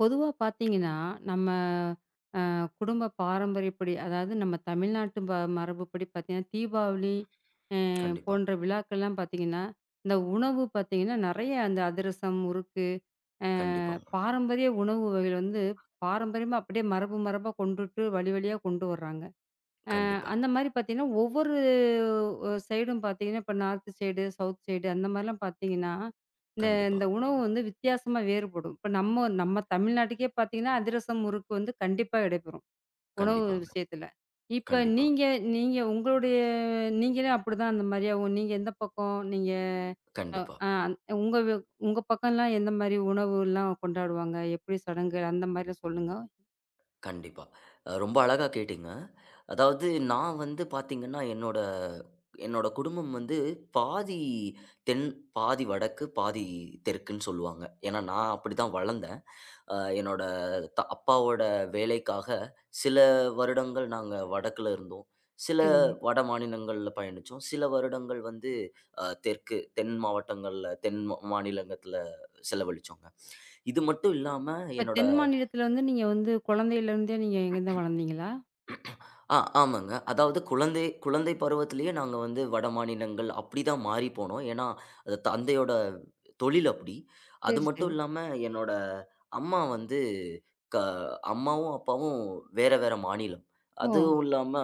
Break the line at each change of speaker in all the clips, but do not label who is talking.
பொதுவா பார்த்தீங்கன்னா, நம்ம குடும்ப பாரம்பரியப்படி, அதாவது நம்ம தமிழ்நாட்டு ப மரபுப்படி பார்த்தீங்கன்னா, தீபாவளி
கண்டிப்பா.
போன்ற விழாக்கள்லாம் பார்த்தீங்கன்னா, இந்த உணவு பார்த்தீங்கன்னா, நெறைய அந்த அதிரசம், முறுக்கு, அ
கண்டிப்பாங்க.
பாரம்பரிய உணவு வகைகள் வந்து பாரம்பரியமா அப்படியே மரபு மரபா கொண்டுட்டு வழி வழியா கொண்டு வர்றாங்க.
கண்டிப்பா,
அந்த மாரி பார்த்தீங்கன்னா, ஒவ்வொரு சைடும் பார்த்தீங்கன்னா, இப்ப நார்த் சைடு, சவுத் சைடு அந்த மாரிலாம் பார்த்தீங்கன்னா, இந்த
கண்டிப்பா,
இந்த உணவு வந்து வித்தியாசமா வேறுபடும். இப்ப நம்ம நம்ம தமிழ்நாட்டுக்கே பார்த்தீங்கன்னா, அதிரசம், முறுக்கு வந்து கண்டிப்பா இடைபெறும், உணவு
கண்டிப்பாங்க.
விஷயத்துல. இப்ப
கண்டிப்பா,
நீங்க நீங்க உங்களுடைய நீங்களே அப்படிதான் அந்த மாரியா நீங்க எந்த பக்கம் நீங்க அ
கண்டிப்பா,
ஆ உங்க உங்க பக்கம்லாம் எந்த மாரி உணவுலாம் கொண்டாடுவாங்க? எப்படி சடங்கு அந்த மாரிலாம் சொல்லுங்க.
கண்டிப்பா. ரொம்ப அழகா கேட்டீங்க. அதாவது நான் வந்து பார்த்தீங்கன்னா, என்னோட என்னோட குடும்பம் வந்து பாதி தென், பாதி வடக்கு, பாதி தெற்குன்னு சொல்லுவாங்க. ஏன்னா, நான் அப்படிதான் வளர்ந்தேன். அ என்னோட த அப்பாவோட வேலைக்காக சில வருடங்கள் நாங்க வடக்குல இருந்தோம். சில
சரிங்க.
வட மாநிலங்கள்ல பயணிச்சோம். சில வருடங்கள் வந்து அ தெற்கு தென் மாவட்டங்கள்ல, தென் மாநிலங்கத்துல செலவழிச்சோங்க. இது மட்டும் இல்லாம
இப்ப
என்னோட.
தென் மாநிலத்துல வந்து நீங்க வந்து குழந்தையிலேருந்தே நீங்க இங்க தான் வளர்ந்தீங்களா?
ஆ, ஆமாங்க. அதாவது குழந்தை குழந்தை பருவத்திலேயே நாங்க வந்து வடமாநிலங்கள் அப்படிதான் மாறி போனோம். ஏன்னா, அது தந்தையோட தொழில் அப்படி. அது
சரி, சரி.
மட்டும் இல்லாம என்னோட அம்மா வந்து, க அம்மாவும், அப்பாவும் வேற வேற மாநிலம்.
ஓ!
அதுவும் இல்லாம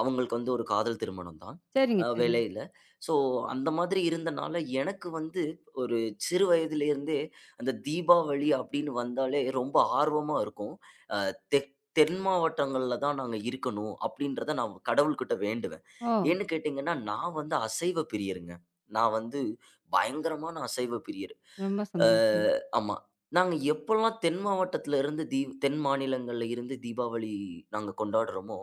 அவங்களுக்கு வந்து ஒரு காதல் திருமணம் தான்.
சரிங்க, சரிங்க.
வேலையில. ஸோ அந்த மாதிரி இருந்தனால, எனக்கு வந்து ஒரு சிறு வயதிலேருந்தே அந்த தீபாவளி அப்படின்னு வந்தாலே ரொம்ப ஆர்வமா இருக்கும். அ தெக் தென் மாவட்டங்கள்ல தான் நாங்க இருக்கணும் அப்படின்றத நான் கடவுள்கிட்ட வேண்டுவேன்.
ஓ!
ஏன்னு கேட்டீங்கன்னா, நான் வந்து அசைவ பிரியருங்க. நான் வந்து பயங்கரமான அசைவ பிரியர்.
ரொம்ப
அ
சந்தோஷம்.
ஆமா. நாங்க எப்போலாம் தென் மாவட்டத்தில இருந்து தென் மாநிலங்கள்ல இருந்து தீபாவளி நாங்க கொண்டாடுறோமோ,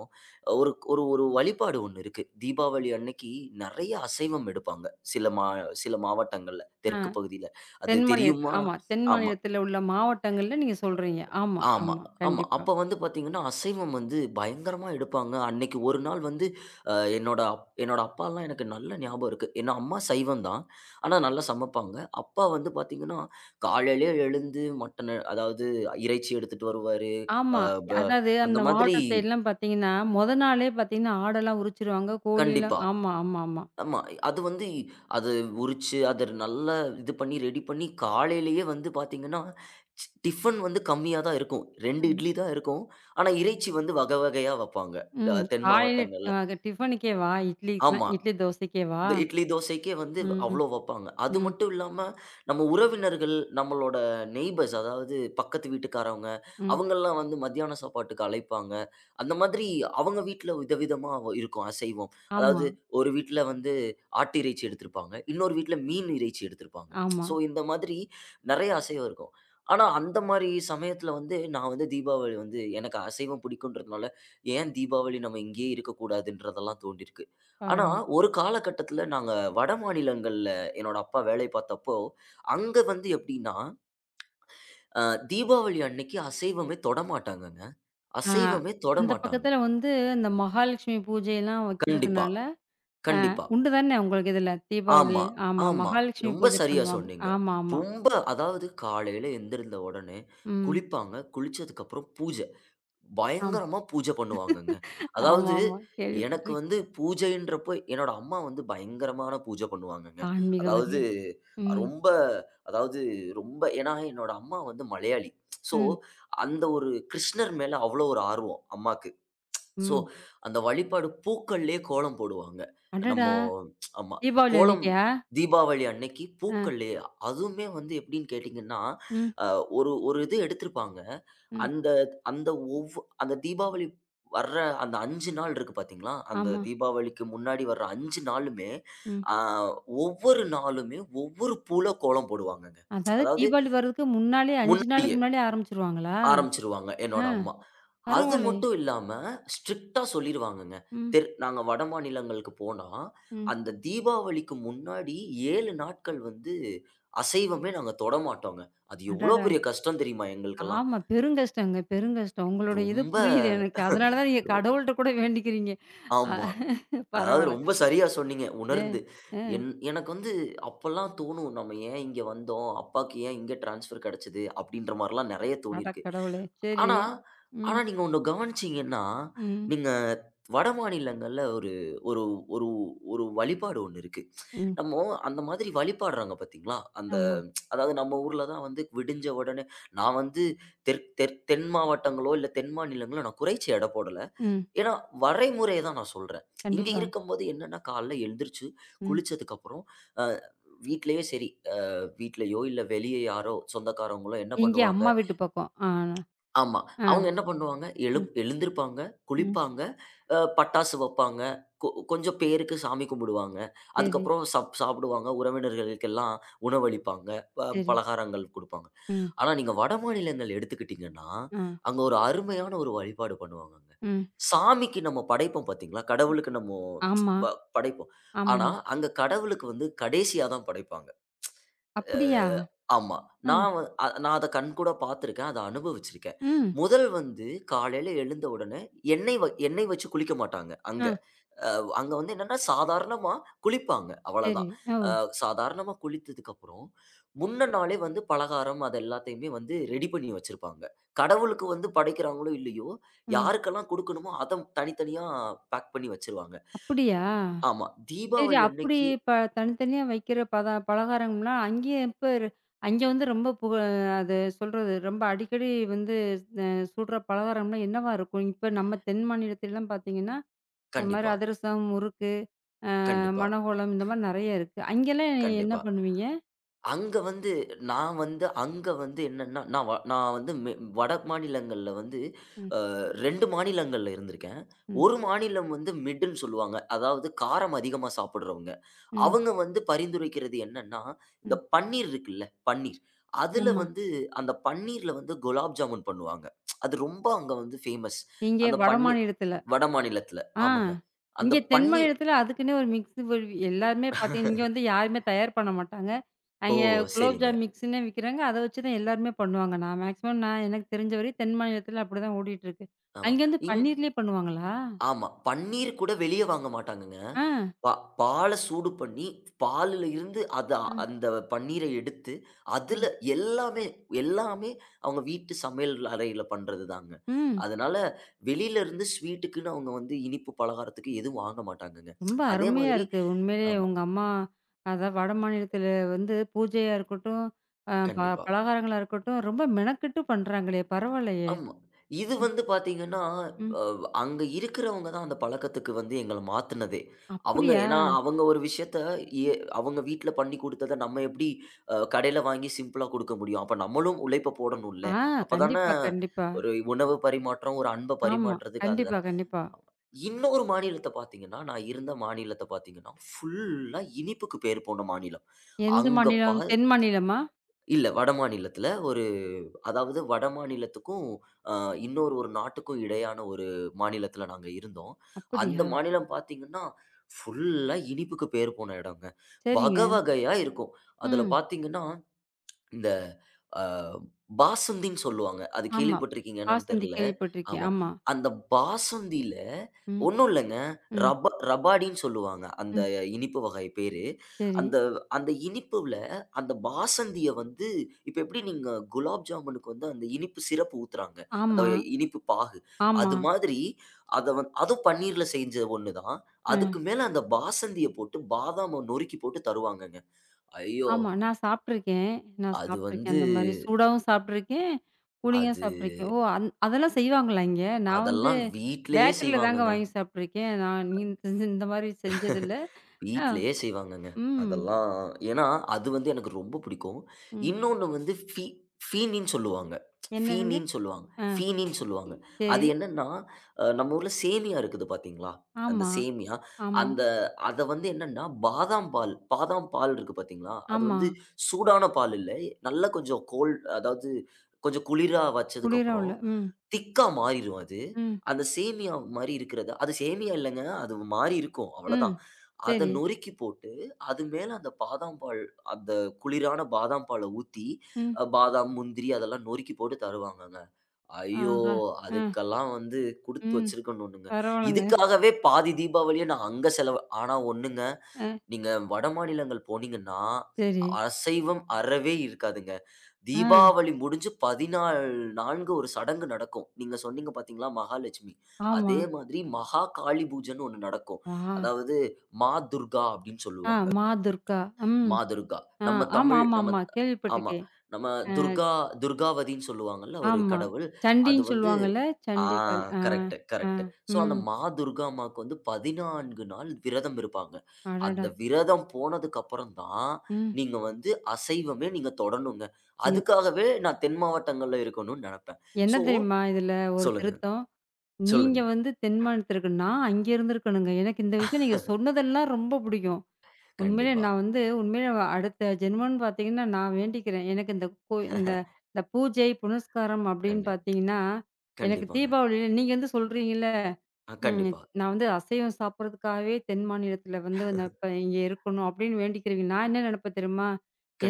ஒரு ஒரு ஒரு வழிபாடு ஒண்ணு இருக்கு. தீபாவளி அன்னைக்கு நெறைய அசைவம் எடுப்பாங்க. சில மா சில மாவட்டங்கள்ல,
ஆ,
தெற்கு பகுதியில. அது
தென் மாநிலத்தில
தெரியுமா?
ஆமா. தென்
ஆமா,
மாநிலத்தில உள்ள மாவட்டங்கள்ல நீங்க சொல்றீங்க. ஆமா,
ஆமா,
ஆமா.
ஆமா.
கண்டிப்பா.
அப்ப வந்து பாத்தீங்கன்னா, அசைவம் வந்து பயங்கரமா எடுப்பாங்க. அன்னைக்கு ஒரு நாள் வந்து அ என்னோட அப் என்னோட அப்பாலாம் எனக்கு நல்ல ஞாபகம் இருக்கு. ஏன்னா, அம்மா சைவம் தான். ஆனா நல்லா சமைப்பாங்க. அப்பா வந்து பாத்தீங்கன்னா, காலையிலயே எழுந்து மட்டனு அதாவது இறைச்சி எடுத்துட்டு வருவாரு.
ஆமா.
அ ப
அதாவது
அந்த
அந்த
மாதிரி
மாவட்ட சைட்லாம் பார்த்தீங்கன்னா, மொத நாளே பார்த்தீங்கன்னா, ஆடெல்லாம் உரிச்சிருவாங்க.
கண்டிப்பா.
கோழிலாம் ஆமா, ஆமா, ஆமா.
ஆமா. அது வந்து அது உரிச்சு, அத நல்லா இது பண்ணி ரெடி பண்ணி காலையிலேயே வந்து பார்த்தீங்கன்னா, டிஃபன் வந்து கம்மியா தான் இருக்கும். 2
ஆமா.
இட்லி தான் இருக்கும். ஆனா, இறைச்சி வந்து வகை வகையா வப்பாங்க.
ம்.
தென்
காலையில
மாவட்டங்கள்ல.
அ டிஃபனுக்கே வா, இட்லிக்குலாம்
ஆமா.
இட்லி தோசைக்கே வா.
இந்த இட்லி, தோசைக்கே வந்து
ம்,
அவ்ளோ வப்பாங்க. அது
ம்,
மட்டும் இல்லாம, நம்ம உறவினர்கள், நம்மளோட நெய்பர்ஸ் அதாவது பக்கத்து வீட்டுக்காரவங்க,
ம்.
அவங்கலாம் வந்து மத்தியான சாப்பாட்டுக்கு அழைப்பாங்க. அந்த மாதிரி அவங்க வீட்ல விதவிதமா இருக்கும் அசைவம்.
ஆமா,
அதாவது ஒரு வீட்ல வந்து ஆட்டு இறைச்சி எடுத்திருப்பாங்க. இன்னொரு வீட்ல மீன் இறைச்சி எடுத்திருப்பாங்க.
ஆமா.
ஸோ இந்த மாதிரி நெறைய அசைவம் இருக்கும். ஆனா அந்த மாரி சமயத்துல வந்து நான் வந்து தீபாவளி வந்து எனக்கு அசைவம் பிடிக்குன்றதுனால, ஏன் தீபாவளி நம்ம இங்கேயே இருக்கக்கூடாதுன்றதெல்லாம் தோன்றியிருக்கு. ஆனா,
பரவால்ல.
ஒரு காலகட்டத்தில நாங்க வட மாநிலங்கள்ல என்னோட அப்பா வேலை பார்த்தப்போ, அங்க வந்து எப்படின்னா, அ தீபாவளி அன்னைக்கு அசைவமே தொடமாட்டாங்கங்க.
ஆ,
அசைவமே
அந்த
தொடமாட்டாங்க.
பக்கத்தில வந்து இந்த மகாலட்சுமி பூஜையெல்லாம்
கண்டிப்பா,
வைக்கிறதுனால
கண்டிப்பா.
உண்டு தானே உங்களுக்கு இதுல தீபாவளி.
ஆமா,
ஆமா.
ஆமா.
மகாலட்சுமி
ரொம்ப
பூஜை
சரியா
பண்ணுவாங்க.
சொன்னீங்க.
ஆமா, ஆமா.
ரொம்ப அதாவது காலையில எந்திருந்த உடனே
ம்.
குளிப்பாங்க. குளிச்சதுக்கப்புறம் பூஜ.
ஆமா.
பயங்கரமா பூஜை பண்ணுவாங்கங்க. அதாவது
ஆமாமா.
எனக்கு
கேள்விப்பட்டிருக்கேன்.
வந்து பூஜைன்றப்போ என்னோட அம்மா வந்து பயங்கரமான பூஜை பண்ணுவாங்கங்க. அதாவது
ஆன்மீகவாதிகள். ம்.
ரொம்ப அதாவது ரொம்ப ஏன்னா என்னோட அம்மா வந்து மலையாளி. ஸோ
ம்.
அந்த ஒரு கிருஷ்ணர் மேல அவ்வளோ ஒரு ஆர்வம் அம்மாக்கு. ஸோ
ம்.
அந்த வழிபாடு பூக்கள்லயே கோலம் போடுவாங்க. நம்ம.
அடடா!
ஆமா.
தீபாவளி
கோலம்
அன்னைக்கா?
தீபாவளி அன்னைக்கு
அ.
பூக்கள்லயே. அதுவுமே வந்து எப்படின்னு கேட்டீங்கன்னா,
ம்.
அ ஒரு ஒரு இது எடுத்திருப்பாங்க.
ம்.
அந்த அந்த அந்த தீபாவளி வர்ற அந்த 5 நாள் இருக்கு பார்த்தீங்களா, அந்த
ஆமா.
தீபாவளிக்கு முன்னாடி வர்ற 5 நாளுமே,
ம்.
ஆ ஒவ்வொரு நாளுமே ஒவ்வொரு பூல கோலம் போடுவாங்கங்க.
அதாவது
அதாவது ஆ.
தீபாவளி வர்றதுக்கு முன்னாலே 5 நாளுக்கு
முன்னாடியே
முன்னாலே ஆரம்பிச்சுருவாங்களா?
ஆரம்பிச்சுருவாங்க என்னோட
ஆ.
அம்மா. அது
பரவாயில்லையே!
மட்டும் இல்லாம ஸ்ட்ரிக்ட்டா சொல்லிருவாங்கங்க.
ம்.
நாங்க வட மாநிலங்களுக்கு போனா,
ம்.
அந்த தீபாவளிக்கு முன்னாடி 7 நாட்கள் வந்து அசைவமே நாங்க தொடமாட்டோங்க. அது எவ்வளோ
அடடா!
பெரிய கஷ்டம் தெரியுமா எங்களுக்கெல்லாம்.
ஆமா. பெருங்கஷ்டங்க, பெருங்கஷ்டம். உங்களோட இது
ரொம்ப
புரியுது எனக்கு. அதனால தான் நீங்க கடவுள்ட்ட கூட வேண்டிக்கிறீங்க. அ.
ஆமா. அதாவது
பரவால்ல.
ரொம்ப சரியா சொன்னீங்க,
ஏ.
உணர்ந்து.
அ.
எனக்கு வந்து அப்பல்லாம் தோணும், நம்ம ஏன் இங்க வந்தோம்? அப்பாக்கு ஏன் இங்க ட்ரான்ஸ்ஃபர் கெடைச்சது? அப்படின்ற மாரிலாம் நெறைய
அட
தோணியிருக்கு.
கடவுளே! சரி.
ஆனா,
ம்.
ஆனா நீங்க ஒண்ணு கவனிச்சீங்கன்னா,
ம்.
நீங்க வட மாநிலங்கள்ல ஒரு ஒரு ஒரு ஒரு வழிபாடு ஒண்ணு இருக்கு.
ம்.
நம்ம அந்த மாதிரி வழிபாடுறாங்க பார்த்தீங்களா? அந்த,
ஆமா.
அதாவது நம்ம ஊர்ல தான் வந்து விடிஞ்ச உடனே நான் வந்து தெற் தெற் தென் மாவட்டங்களோ, இல்ல தென் மாநிலங்களோ நான் குறைச்சு எடை போடல.
ம்.
ஏன்னா, வரைமுறைய தான் நான் சொல்றேன். இங்க
கண்டிப்பா.
இருக்கும்போது என்னன்னா, காலைல எழுந்திரிச்சு,
ம்.
குளிச்சதுக்கப்புறம், அ வீட்லயே சரி, அ வீட்லயோ இல்ல வெளிய யாரோ சொந்தக்காரவங்களோ என்ன
இங்கே
பண்ணுவாங்க.
அம்மா வீட்டு பக்கம். ஆ,
ஆமா.
ஆ.
அவங்க என்ன பண்ணுவாங்க,
ம்.
எழுந்திருப்பாங்க,
ம்.
குளிப்பாங்க, பட்டாசு வப்பாங்க, கொஞ்சம் பேருக்கு சாமி கும்பிடுவாங்க.
சரி,
அதுக்கப்புறம் சாப்பிடுவாங்க. உறவினர்களுக்கெல்லாம் உணவளிப்பாங்க.
சரி.
பலகாரங்கள் குடுப்பாங்க.
ம்.
ஆனா நீங்க வடமாநிலங்கள் எடுத்துக்கிட்டீங்கன்னா,
ஆ.
அங்க ஒரு அருமையான ஒரு வழிபாடு பண்ணுவாங்கங்க.
ம்.
சாமிக்கு நம்ம படைப்போம் பார்த்தீங்களா? கடவுளுக்கு நம்மோ
ஆமா,
படைப்போம்.
ஆமா.
ஆனா, அங்க கடவுளுக்கு வந்து கடைசியா தான் படைப்பாங்க.
அப்படியா?
ஆமா.
ம்.
நான் வ அ நான் அத கண்கூடா பார்த்துருக்கேன். அத அனுபவிச்சிருக்கேன்.
ம்.
முதல் வந்து காலையில எழுந்த உடனே எண்ணெய் வச்சு குளிக்க மாட்டாங்க, அங்க.
ஆ,
அங்க வந்து என்னன்னா சாதாரணமா குளிப்பாங்க.
சரி.
அவ்வளதான்.
ஓ!
அ சாதாரணமா குளித்ததுக்கப்புறம், முன்ன நாளே வந்து பலகாரம் அது எல்லாத்தையுமே வந்து ரெடி பண்ணி வச்சிருப்பாங்க. கடவுளுக்கு வந்து படைக்கிறாங்களோ இல்லையோ,
ம்.
யாருக்கெல்லாம் குடுக்கணுமோ அத தனித்தனியா பேக் பண்ணி வச்சுருவாங்க.
அப்படியா?
ஆமா.
சரி
தீபாவளி
அப்படி
அன்னைக்கு
ப தனித்தனியா வைக்கிற பத பலகாரங்கள்லாம் அங்கேயே இப்ப அங்கே வந்து ரொம்ப புக அது சொல்றது ரொம்ப அடிக்கடி வந்து அ சுடுற பலகாரம்லாம் என்னவா இருக்கும்? இப்ப நம்ம தென் மாநிலத்திலலாம் பார்த்தீங்கன்னா இந்த மாரி
கண்டிப்பா,
அதிரசம், முறுக்கு,
கண்டிப்பா,
மணக்கோலம் இந்த மாரி நெறைய இருக்கு. அங்கெல்லாம் என்ன
கண்டிப்பா.
பண்ணுவீங்க?
அங்க வந்து அங்க வந்து என்னன்னா, நான் வந்து வட மாநிலங்கள்ல வந்து
ம்,
2 மாநிலங்கள்ல இருந்திருக்கேன்.
ம்,
ஒரு மாநிலம் வந்து மிட்டுன்னு சொல்லுவாங்க. அதாவது காரம் அதிகமா சாப்பிடுறவங்க.
ம்.
அவங்க வந்து பரிந்துரைக்கிறது என்னன்னா, இந்த
ம்.
பன்னீர் இருக்குல்ல, பன்னீர். அதுல
ஆமா.
வந்து அந்த பன்னீர்ல வந்து குலாப் ஜாமுன் பண்ணுவாங்க. அது ரொம்ப அங்க வந்து ஃபேமஸ்.
இங்கே
அந்த
வட
பன்னீர்
மாநிலத்தில.
வடமாநிலத்தில.
ஆ.
ஆமாங்க. அந்த
இங்கே தென்
பன்னீர்.
மாநிலத்தில அதுக்குன்னே ஒரு மிக்ஸு வருவி எல்லாருமே பார்த்தீங்கன்னா, இங்க வந்து யாருமே தயார் பண்ண மாட்டாங்க.
ஓ!
அங்கே
சரிங்க.
குலோப்ஜாம் மிக்ஸுன்னே விக்கிறாங்க. அத வச்சு தான் எல்லாருமே பண்ணுவாங்க. நான் மேக்ஸிமம் நான் எனக்கு தெரிஞ்ச வரையும் தென் மாநிலத்தில அப்படிதான் ஓடிட்டு இருக்கு.
ஆமா.
அங்க வந்து
இங்
பன்னீர்லயே பண்ணுவாங்களா?
ஆமா. பன்னீர் கூட வெளிய வாங்க மாட்டாங்கங்க.
ஆ.
பா பால சூடு பண்ணி, பால்ல இருந்து அத
ம்.
அந்த பன்னீர எடுத்து, அதுல எல்லாமே, எல்லாமே அவங்க வீட்டு சமையல் அறையில பண்றது தாங்க.
ம்.
அதனால வெளியில இருந்து ஸ்வீட்டுக்குன்னு அவங்க வந்து இனிப்பு பலகாரத்துக்கு எதுவும் வாங்க மாட்டாங்கங்க.
ரொம்ப
அதே
அருமையா
மாதிரி
இருக்கு. உண்மையிலேயே
ஆமா.
உங்க அம்மா, அதான் வட மாநிலத்தில வந்து பூஜையா இருக்கட்டும், அ ப
கண்டிப்பா.
பலகாரங்களா இருக்கட்டும், ரொம்ப மெனக்கெட்டு பண்றாங்களே! பரவாயில்லையே!
ஆமா. இது
ம்,
வந்து பார்த்தீங்கன்னா,
ம்.
அங்க இருக்கிறவங்க தான் அந்த பழக்கத்துக்கு வந்து எங்கள மாத்துனதே. அவங்க
அப்படியா?
ஏன்னா, அவங்க ஒரு விஷயத்த எ அவங்க வீட்ல பண்ணி குடுத்தத நம்ம எப்படி கடையில வாங்கி சிம்பிளா குடுக்க முடியும்? அப்ப நம்மளும் உழைப்ப போடணும்ல.
ஆ,
அப்பதானே
கண்டிப்பா, கண்டிப்பா.
ஒரு உணவு பரிமாற்றம், ஒரு அன்ப
ஆமா.
பரிமாற்றத்துக்கு
கண்டிப்பா,
அதுதான்.
கண்டிப்பா.
நான் இருந்த மாநிலத்த பார்த்தீங்கன்னா, ஃபுல்லா இனிப்புக்கு பேர் போன மாநிலம்.
எந்த
அங்க பா
மாநிலம்? தென் மாநிலமா?
இல்ல வடமாநிலத்தில ஒரு, அதாவது வட மாநிலத்துக்கும், அ இன்னொரு ஒரு நாட்டுக்கும் இடையான ஒரு மாநிலத்தில நாங்க இருந்தோம். அந்த
அப்படியா?
மாநிலம் பார்த்தீங்கன்னா, ஃபுல்லா இனிப்புக்கு பேர் போன இடங்க.
சரிங்க.
வகை வகையா இருக்கும். அதில
ம்.
பார்த்தீங்கன்னா இந்த, அ பாசந்தின்னு சொல்லுவாங்க. அது
ஆமா.
கேள்விப்பட்டிருக்கீங்க என்னான்னு
பாசந்தி
தெரியல.
கேள்விப்பட்டிருக்கேன்.
ஆமா.
ஆமா.
அந்த பாசந்தில
ம்,
ஒண்ணும் இல்லங்க.
ம்,
ரபாடின்னு சொல்லுவாங்க. அந்த
ம்.
இனிப்பு வகை பேரு.
சரி.
அந்த அந்த இனிப்புல அந்த பாசந்திய வந்து இப்ப எப்படி நீங்க குலாப் ஜாமுனுக்கு வந்து அந்த இனிப்பு சிரப்பு ஊத்துறாங்க. அந்த
ஆமா,
இனிப்பு பாகு.
ஆமா.
அது மாதிரி அத வந்து அதுவும் பன்னீர்ல செஞ்ச ஒண்ணு தான்.
அ.
அதுக்கு மேல அந்த பாசந்திய போட்டு பாதாம நொறுக்கி போட்டு தருவாங்கங்க. ஐயோ!
ஆமா. நான் சாப்ட்டுருக்கேன். நான்
அது
சாப்ட்டுருக்கேன்.
வந்து
அந்த மாரி சூடாவும் சாப்ட்டுருக்கேன். கூலிங்கா
அது
சாப்ட்டுருக்கேன். ஓ! அந் அதெல்லாம் செய்வாங்களா இங்க? நான் வந்து
அதெல்லாம் வீட்லயே
பேக்கரில தாங்க
செய்வாங்கங்க.
வாங்கி சாப்ட்டுருக்கேன். நான் நீ இந்த மாரி செஞ்சதில்ல. ஆ.
வீட்லயே செய்வாங்கங்க.
ம்.
அதெல்லாம் ஏன்னா, அது வந்து எனக்கு ரொம்ப பிடிக்கும்.
ம்.
இன்னொன்னு வந்து ஃபீனின்னு சொல்லுவாங்க.
என்னதுங்க?
ஃபீனின்னு சொல்லுவாங்க.
ஆ.
ஃபீனின்னு சொல்லுவாங்க. அது
சரி.
என்னன்னா, நம்ம ஊர்ல சேமியா இருக்குது பார்த்தீங்களா? அந்த
ஆமா,
சேமியா,
ஆமா,
அந்த அத வந்து என்னன்னா, பாதாம் பால் இருக்கு பார்த்தீங்களா? அது
ஆமா.
வந்து சூடான பால் இல்ல. நல்லா கொஞ்சம் கோல்ட் அதாவது கொஞ்சம் குளிரா
குளிரா உள்ள.
வச்சதுக்கப்புறம்,
ம்,
திக்கா மாறிரும் அது.
ம்,
அந்த சேமியா மாரி இருக்கிறது அது சேமியா இல்லங்க. அது மாறி இருக்கும்.
ம்.
அவ்வளதான். அத
சரி.
நொறுக்கி போட்டு, அது மேல அந்த பாதாம் பால், அந்த குளிரான பாதாம் பால ஊத்தி,
ம்.
பாதாம், முந்திரி அதெல்லாம் நொறுக்கி போட்டு தருவாங்கங்க. ஐயோ!
ஆஹா! ஆ.
அதுக்கெல்லாம் வந்து குடுத்து
ம்.
வச்சிருக்கணுனுங்க.
பரவால்லங்க.
இதுக்காகவே பாதி தீபாவளிய நான் அங்க செலவு. ஆனா ஒண்ணுங்க,
ஆ.
நீங்க வடமாநிலங்கள் போனீங்கன்னா,
சரி.
அசைவம் அறவே இருக்காதுங்க.
ஆ.
தீபாவளி முடிஞ்சு 14 நான்கு ஒரு சடங்கு நடக்கும். நீங்க சொன்னீங்க பார்த்தீங்களா, மகாலட்சுமி.
ஆமா.
அதே மாதிரி மகா காளி பூஜைன்னு ஒண்ணு நடக்கும்.
ஆ.
அதாவது மா துர்கா அப்டின்னு
ஆ.
சொல்லுவாங்க.
மா துர்கா. ம்.
மா துர்கா.
ஆ.
நம்ம
ஆமா,
தமிழ்
ஆமா,
நம்ம.
ஆமா.
ஆமா.
கேள்விப்பட்டுருக்கேன்.
நம்ம துர்கா துர்காவதின்னு சொல்லுவாங்கல்ல ஒரு
ஆமா.
கடவுள். அது
சண்டின்னு
வந்து,
சொல்லுவாங்கல்ல.
ஆ
சண்டி காளி. ஆ,
கரெக்ட்டு,
ஆ,
கரெக்ட்டு. ஸோ, அந்த
ம்.
மா துர்கா அம்மாவுக்கு வந்து 14 நாள் விரதம் இருப்பாங்க. அந்த
அடடா!
விரதம் போனதுக்கப்புறம் தான்,
ம்.
நீங்க வந்து அசைவமே நீங்க தொடணுங்க.
எ
அதுக்காகவே நான் தென் மாவட்டங்கள்ல இருக்கணும்னு நெனப்பேன்.
என்ன
ஸோ
தெரியுமா இதுல ஒரு
சொல்லுங்க,
திருத்தம்? நீங்க
சொல்லுங்க.
வந்து தென் மாநிலத்திற்கு நான் அங்க இருந்திருக்கணுங்க. எனக்கு இந்த விஷயம் நீங்க சொன்னதெல்லாம் ரொம்ப புடிக்கும். உண்மையிலே
கண்டிப்பா,
நான் வந்து உண்மையிலே அடுத்த ஜென்மம்னு பார்த்தீங்கன்னா, நான் வேண்டிக்கிறேன். எனக்கு இந்த கோ இந்த இந்த பூஜை, புனஸ்காரம் அப்படின்னு
கண்டி
பார்த்தீங்கன்னா, எனக்கு
கண்டிப்பாங்க.
தீபாவளியில நீங்க வந்து சொல்றீங்கல்ல. ம்.
கண்டிப்பா,
நான் வந்து அசைவம் சாப்பிடுறதுக்காகவே தென் மாநிலத்தில வந்து நான் இப்ப இங்க இருக்கணும் அப்படின்னு வேண்டிக்கிறேங்க. நான் என்ன நினைப்பேன் தெரியுமா?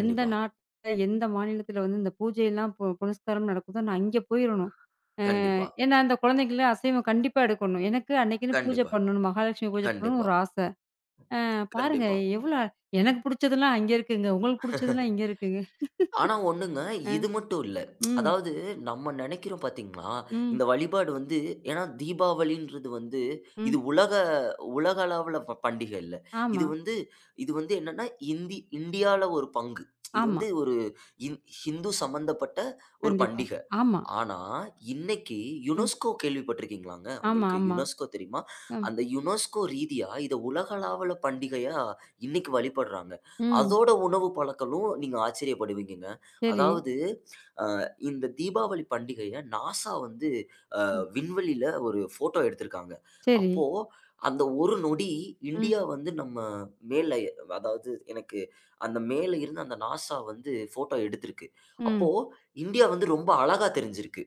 எந்த நாட்ல, எந்த மாநிலத்தில வந்து இந்த பூஜையெல்லாம் பு புனஸ்காரம் நடக்குதோ நான் அங்கே போயிரணும்.
கண்டிப்பா,
ஏன்னா அந்த குழந்தைங்கலாம் அசைவம் கண்டிப்பா எடுக்கணும். எனக்கு அன்னைக்குன்னு பூஜை
கண்டிப்பா,
பண்ணணும். மகாலட்சுமி பூஜை பண்ணணும்னு
கண்டிப்பா,
ஒரு ஆசை. அ பாருங்க
கண்டிப்பா, கண்டிப்பா.
எவ்வளோ எனக்கு புடிச்சதெல்லாம் அங்கே இருக்குங்க. உங்களுக்கு புடிச்சதெல்லாம் இங்க இருக்குங்க.
ஆனா ஒண்ணுங்க,
அ.
இது மட்டும் இல்ல.
ம்.
அதாவது நம்ம நெனைக்கிறோம் பார்த்தீங்களா,
ம்.
இந்த வழிபாடு வந்து ஏன்னா தீபாவளின்றது வந்து
ம்.
இது உலக உலக அளவுல பண்டிக இல்ல.
ஆமா,
இது வந்து இது வந்து என்னன்னா இந்தியால ஒரு பங்கு. இது
ஆமா.
வந்து ஒரு ஹிந்து சம்மந்தப்பட்ட ஒரு
கண்டிப்பா.
பண்டிக.
ஆமா.
ஆனா, இன்னைக்கு
ம்.
யுனெஸ்கோ கேள்விப்பட்டிருக்கீங்களாங்க?
ஆமா,
உங்களுக்கு
ஆமா.
யுனெஸ்கோ தெரியுமா?
ம்.
அந்த யுனெஸ்கோ ரீதியா இத உலகளாவல பண்டிகையா இன்னைக்கு வழிபடுறாங்க.
ம்.
அதோட உணவு பழக்கலும் நீங்க ஆச்சரியப்படுவீங்கங்க.
சரி.
அதாவது இந்த தீபாவளி பண்டிகைய நாசா வந்து
ம்.
விண்வெளியில ஒரு ஃபோட்டோ எடுத்திருக்காங்க.
சரி.
அப்போ அந்த ஒரு நொடி
ம்.
இந்தியா வந்து நம்ம மேல அதாவது எனக்கு, அந்த மேல இருந்து அந்த நாசா வந்து ஃபோட்டோ எடுத்திருக்கு. அப்போ
ம்.
இந்தியா வந்து ரொம்ப அழகா தெரிஞ்சிருக்கு.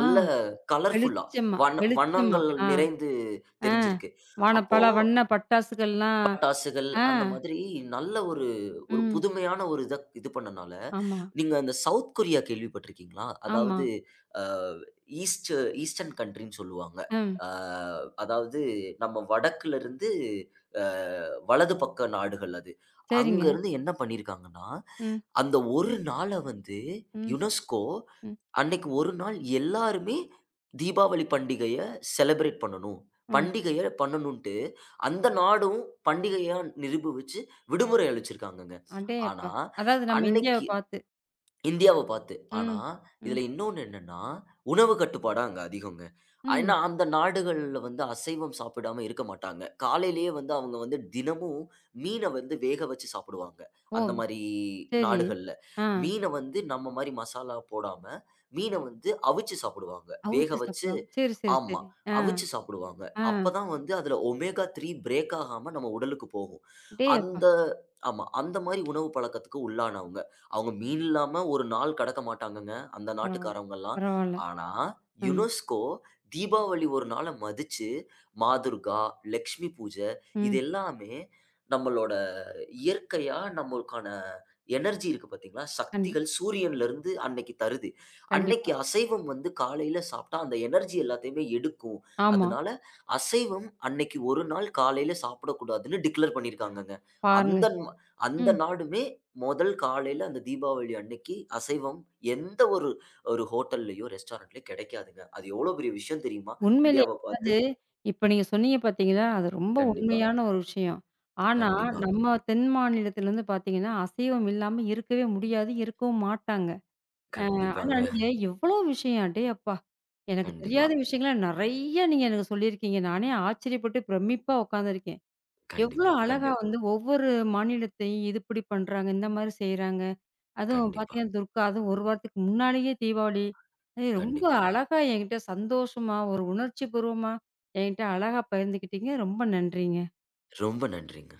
ஆ,
கலர்ஃபுல்லா
வெளிச்சமா,
வண்ண
வெளிச்சமா.
வண்ணங்கள்
ஆ,
நிறைந்து
ஆ.
தெரிஞ்சிருக்கு.
வான
அப்போ
பல வண்ண பட்டாசுகள்லாம்
பட்டாசுகள்
ஆ,
அந்த மாதிரி நல்ல ஒரு, ஒரு
ம்.
புதுமையான ஒரு இத இது பண்ணனால
ஆமா,
நீங்க அந்த சவுத் கொரியா கேள்விப்பட்டிருக்கீங்களா?
ஆமா.
அதாவது அ ஈஸ்ட் ஈஸ்டர்ன் கண்ட்ரின்னு சொல்லுவாங்க.
ம்.
அ அதாவது நம்ம வடக்குலருந்து அ வலது பக்க நாடுகள் அது.
சரிங்க.
அங்கருந்து என்ன பண்ணியிருக்காங்கன்னா,
ம்,
அந்த ஒரு நாள வந்து
ம்,
யுனெஸ்கோ
ம்,
அன்னைக்கு ஒரு நாள் எல்லாருமே தீபாவளி பண்டிகைய செலிப்ரேட் பண்ணணும்.
ம்.
பண்டிகைய பண்ணணுன்ட்டு அந்த நாடும் பண்டிகையா நிரூபிச்சு விடுமுறை அளிச்சிருக்காங்கங்க.
அடேயப்பா!
ஆனா,
அதாவது நம்ம இந்தியாவ
அன்னைக்கு
பார்த்து.
இந்தியாவ பார்த்து. ஆனா,
ம், ம்,
இதுல இன்னொன்னு என்னன்னா, உணவு கட்டுப்பாடு அங்க அதிகங்க.
ம்.
ஏன்னா, அந்த நாடுகள்ல வந்து அசைவம் சாப்பிடாம இருக்க மாட்டாங்க. காலையிலேயே வந்து அவங்க வந்து தினமும் மீன வந்து வேக வச்சு சாப்பிடுவாங்க.
ஓ!
அந்த மாரி
சரி.
நாடுகள்ல.
ஆ.
மீன வந்து நம்ம மாரி மசாலா போடாம, மீன வந்து அவிச்சு சாப்பிடுவாங்க.
அவுச்சு
வேக வச்சு
சாப்பிடுவாங்க. சரி, சரி,
ஆமா.
சரி. ஆ,
அவிச்சு சாப்பிடுவாங்க.
ஆ.
அப்பதான் வந்து அதுல ஒமேகா 3 பிரேக் ஆகாம நம்ம உடலுக்கு போகும்.
அடேயப்பா!
அந்த ஆமா. அந்த மாரி உணவு பழக்கத்துக்கு உள்ளானவங்க. அவங்க மீன் இல்லாம ஒரு நாள் கடக்க மாட்டாங்கங்க, அந்த
பரவால்ல,
நாட்டுக்காரவங்கலாம்.
பரவால்ல.
ஆனா,
ம்,
யுனெஸ்கோ தீபாவளி ஒரு நாள மதிச்சு, மாதுர்கா, லக்ஷ்மி பூஜை இது
ம்.
எல்லாமே நம்மளோட இயற்கையா நம்மளுக்கான எனர்ஜி இருக்கு பார்த்தீங்களா?
கண்டி
சக்திகள் சூரியன்லருந்து அன்னைக்கு தருது. அன்னைக்கு
கண்டிப்பா.
அசைவம் வந்து காலையில சாப்பிட்டா அந்த எனர்ஜி எல்லாத்தையுமே எடுக்கும்.
ஆமா.
அதனால அசைவம் அன்னைக்கு ஒரு நாள் காலையில சாப்பிடக்கூடாதுன்னு டிக்ளேர் பண்ணியிருக்காங்கங்க.
பாருங்க.
அந்த ம அந்த
ம்.
நாடுமே முதல் காலையில அந்த தீபாவளி அன்னைக்கு அசைவம் எந்த ஒரு ஒரு ஹோட்டல்லயோ, ரெஸ்டாரண்ட்லயோ கிடைக்காதுங்க. அது எவ்வளோ பெரிய விஷயம் தெரியுமா?
உண்மையிலே
இந்தியாவ பார்த்து
அதாவது, இப்ப நீங்க சொன்னீங்க பார்த்தீங்களா, அது ரொம்ப
கண்டிப்பா,
உண்மையான ஒரு விஷயம். ஆனா,
கண்டிப்பாங்க,
நம்ம தென் மாநிலத்திலருந்து பார்த்தீங்கன்னா, அசைவம் இல்லாம இருக்கவே முடியாது, இருக்கவும் மாட்டாங்க. ஆனா,
கண்டிப்பாங்க,
நீங்க எவ்வளோ விஷயம் அடே அப்பா! எனக்கு
கண்டிப்பா,
தெரியாத விஷயங்கள நெறைய நீங்க எனக்கு சொல்லியிருக்கீங்க. நானே ஆச்சரியப்பட்டு பிரமிப்பா உட்காந்துருக்கேன். எவ்வளோ
கண்டிப்பா,
அழகா
கண்டிப் கண்டிப்
வந்து ஒவ்வொரு மாநிலத்தையும் இது இப்படி பண்றாங்க, இந்த மாரி செய்றாங்க. அதுவும்
கண்டிப்பா,
பார்த்தீங்கன்னா, துர்கா அதுவும் ஒரு வாரத்துக்கு முன்னாடியே தீபாவளி. அது ரொம்ப
கண்டிப்பா.
அழகா என்கிட்ட சந்தோஷமா, ஒரு உணர்ச்சி பூர்வமா என்கிட்ட அழகா பகிர்ந்துக்கிட்டீங்க. ரொம்ப நன்றிங்க.
ரொம்ப நன்றிங்க.